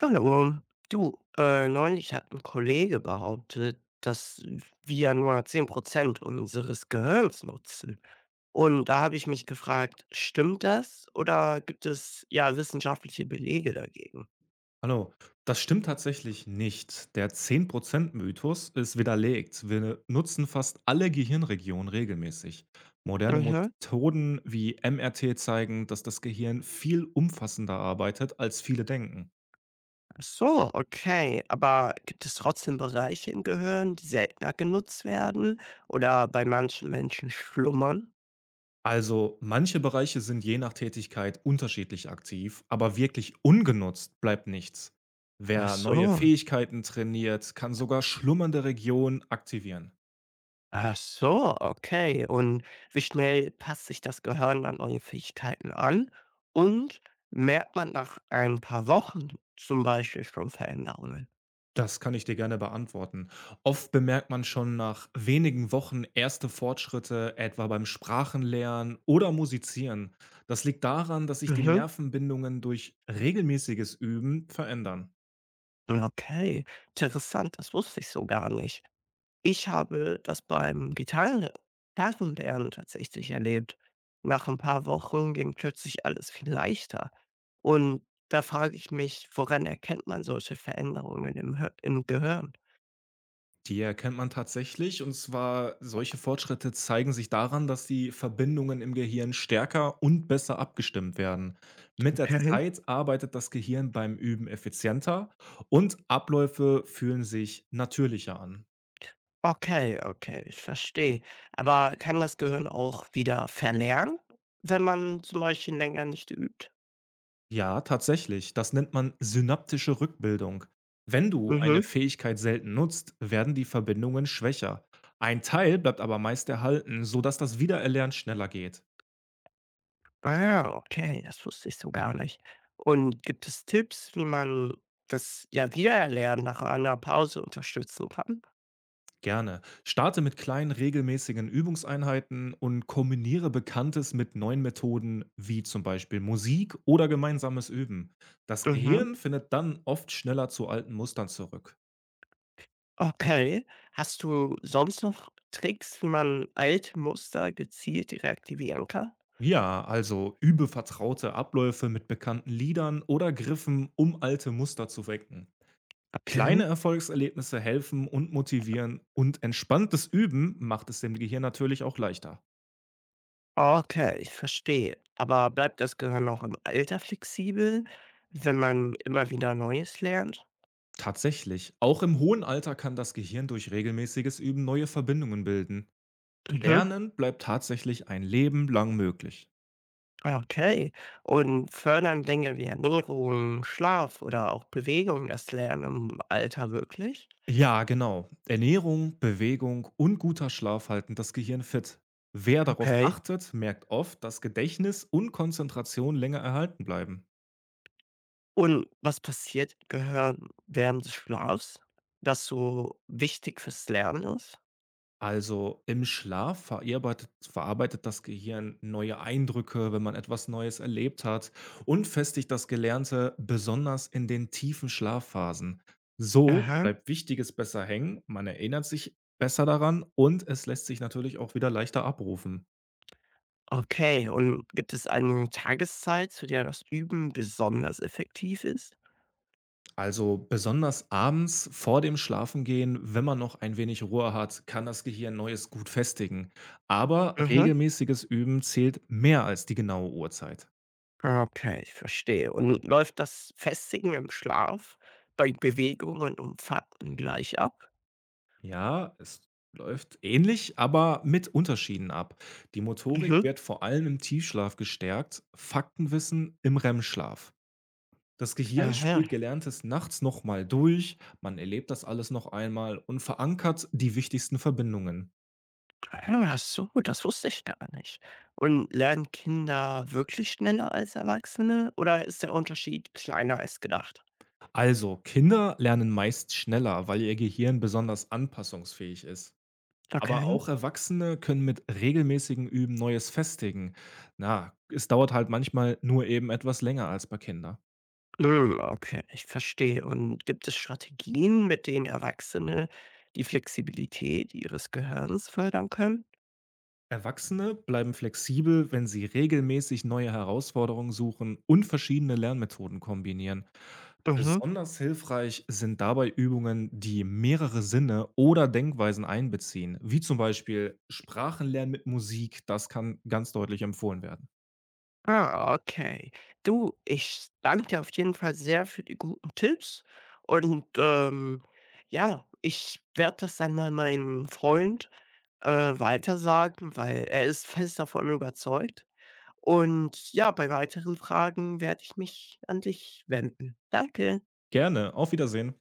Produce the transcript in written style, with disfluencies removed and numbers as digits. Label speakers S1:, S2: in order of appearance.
S1: Hallo. Du, neulich hat ein Kollege behauptet, dass wir nur 10% unseres Gehirns nutzen. Und da habe ich mich gefragt, stimmt das oder gibt es, ja, wissenschaftliche Belege dagegen?
S2: Hallo, das stimmt tatsächlich nicht. Der 10% mythos ist widerlegt. Wir nutzen fast alle Gehirnregionen regelmäßig. Moderne
S1: Mhm.
S2: Methoden wie MRT zeigen, dass das Gehirn viel umfassender arbeitet, als viele denken.
S1: Ach so, okay. Aber gibt es trotzdem Bereiche im Gehirn, die seltener genutzt werden oder bei manchen Menschen schlummern?
S2: Also manche Bereiche sind je nach Tätigkeit unterschiedlich aktiv, aber wirklich ungenutzt bleibt nichts.
S1: Ach
S2: Wer neue
S1: so.
S2: Fähigkeiten trainiert, kann sogar schlummernde Regionen aktivieren.
S1: Ach so, okay. Und wie schnell passt sich das Gehirn an neue Fähigkeiten an? Und merkt man nach ein paar Wochen zum Beispiel schon Veränderungen?
S2: Das kann ich dir gerne beantworten. Oft bemerkt man schon nach wenigen Wochen erste Fortschritte, etwa beim Sprachenlernen oder Musizieren. Das liegt daran, dass sich die
S1: Mhm.
S2: Nervenbindungen durch regelmäßiges Üben verändern.
S1: Okay, interessant, das wusste ich so gar nicht. Ich habe das beim Gitarrenlernen tatsächlich erlebt. Nach ein paar Wochen ging plötzlich alles viel leichter. Und da frage ich mich, woran erkennt man solche Veränderungen im Gehirn?
S2: Die erkennt man tatsächlich, und zwar solche Fortschritte zeigen sich daran, dass die Verbindungen im Gehirn stärker und besser abgestimmt werden. Mit der
S1: Okay.
S2: Zeit arbeitet das Gehirn beim Üben effizienter und Abläufe fühlen sich natürlicher an.
S1: Okay, okay, ich verstehe. Aber kann das Gehirn auch wieder verlernen, wenn man zum Beispiel länger nicht übt?
S2: Ja, tatsächlich. Das nennt man synaptische Rückbildung. Wenn du eine
S1: Mhm.
S2: Fähigkeit selten nutzt, werden die Verbindungen schwächer. Ein Teil bleibt aber meist erhalten, sodass das Wiedererlernen schneller geht.
S1: Ah ja, okay, das wusste ich so gar nicht. Und gibt es Tipps, wie man das ja Wiedererlernen nach einer Pause unterstützen kann?
S2: Gerne. Starte mit kleinen regelmäßigen Übungseinheiten und kombiniere Bekanntes mit neuen Methoden wie zum Beispiel Musik oder gemeinsames Üben. Das
S1: Mhm.
S2: Gehirn findet dann oft schneller zu alten Mustern zurück.
S1: Okay. Hast du sonst noch Tricks, wie man alte Muster gezielt reaktivieren kann?
S2: Ja, also übe vertraute Abläufe mit bekannten Liedern oder Griffen, um alte Muster zu wecken. Kleine
S1: Okay.
S2: Erfolgserlebnisse helfen und motivieren und entspanntes Üben macht es dem Gehirn natürlich auch leichter.
S1: Okay, ich verstehe. Aber bleibt das Gehirn auch im Alter flexibel, wenn man immer wieder Neues lernt?
S2: Tatsächlich, auch im hohen Alter kann das Gehirn durch regelmäßiges Üben neue Verbindungen bilden.
S1: Mhm.
S2: Lernen bleibt tatsächlich ein Leben lang möglich.
S1: Okay. Und fördern Dinge wie Ernährung, Schlaf oder auch Bewegung das Lernen im Alter wirklich?
S2: Ja, genau. Ernährung, Bewegung und guter Schlaf halten das Gehirn fit. Wer darauf
S1: Okay.
S2: achtet, merkt oft, dass Gedächtnis und Konzentration länger erhalten bleiben.
S1: Und was passiert im Gehirn während des Schlafs, das so wichtig fürs Lernen ist?
S2: Also im Schlaf verarbeitet das Gehirn neue Eindrücke, wenn man etwas Neues erlebt hat und festigt das Gelernte besonders in den tiefen Schlafphasen. So
S1: Aha.
S2: bleibt Wichtiges besser hängen, man erinnert sich besser daran und es lässt sich natürlich auch wieder leichter abrufen.
S1: Okay. Und gibt es eine Tageszeit, zu der das Üben besonders effektiv ist?
S2: Also besonders abends vor dem Schlafengehen, wenn man noch ein wenig Ruhe hat, kann das Gehirn Neues gut festigen. Aber
S1: Mhm.
S2: regelmäßiges Üben zählt mehr als die genaue Uhrzeit.
S1: Okay, ich verstehe. Und läuft das Festigen im Schlaf bei Bewegungen und Fakten gleich ab?
S2: Ja, es läuft ähnlich, aber mit Unterschieden ab. Die Motorik
S1: Mhm.
S2: wird vor allem im Tiefschlaf gestärkt, Faktenwissen im REM-Schlaf. Das Gehirn spielt
S1: Aha.
S2: Gelerntes nachts nochmal durch, man erlebt das alles noch einmal und verankert die wichtigsten Verbindungen.
S1: Ah, so, das wusste ich gar nicht. Und lernen Kinder wirklich schneller als Erwachsene oder ist der Unterschied kleiner als gedacht?
S2: Also, Kinder lernen meist schneller, weil ihr Gehirn besonders anpassungsfähig ist. Aber
S1: Okay.
S2: auch Erwachsene können mit regelmäßigen Üben Neues festigen. Na, es dauert halt manchmal nur eben etwas länger als bei Kindern.
S1: Hm, okay, ich verstehe. Und gibt es Strategien, mit denen Erwachsene die Flexibilität ihres Gehirns fördern können?
S2: Erwachsene bleiben flexibel, wenn sie regelmäßig neue Herausforderungen suchen und verschiedene Lernmethoden kombinieren.
S1: Mhm.
S2: Besonders hilfreich sind dabei Übungen, die mehrere Sinne oder Denkweisen einbeziehen, wie zum Beispiel Sprachenlernen mit Musik. Das kann ganz deutlich empfohlen werden.
S1: Ah, okay. Du, ich danke dir auf jeden Fall sehr für die guten Tipps und ja, ich werde das dann mal meinem Freund, äh, weitersagen, weil er ist fest davon überzeugt und ja, bei weiteren Fragen werde ich mich an dich wenden. Danke.
S2: Gerne, auf Wiedersehen.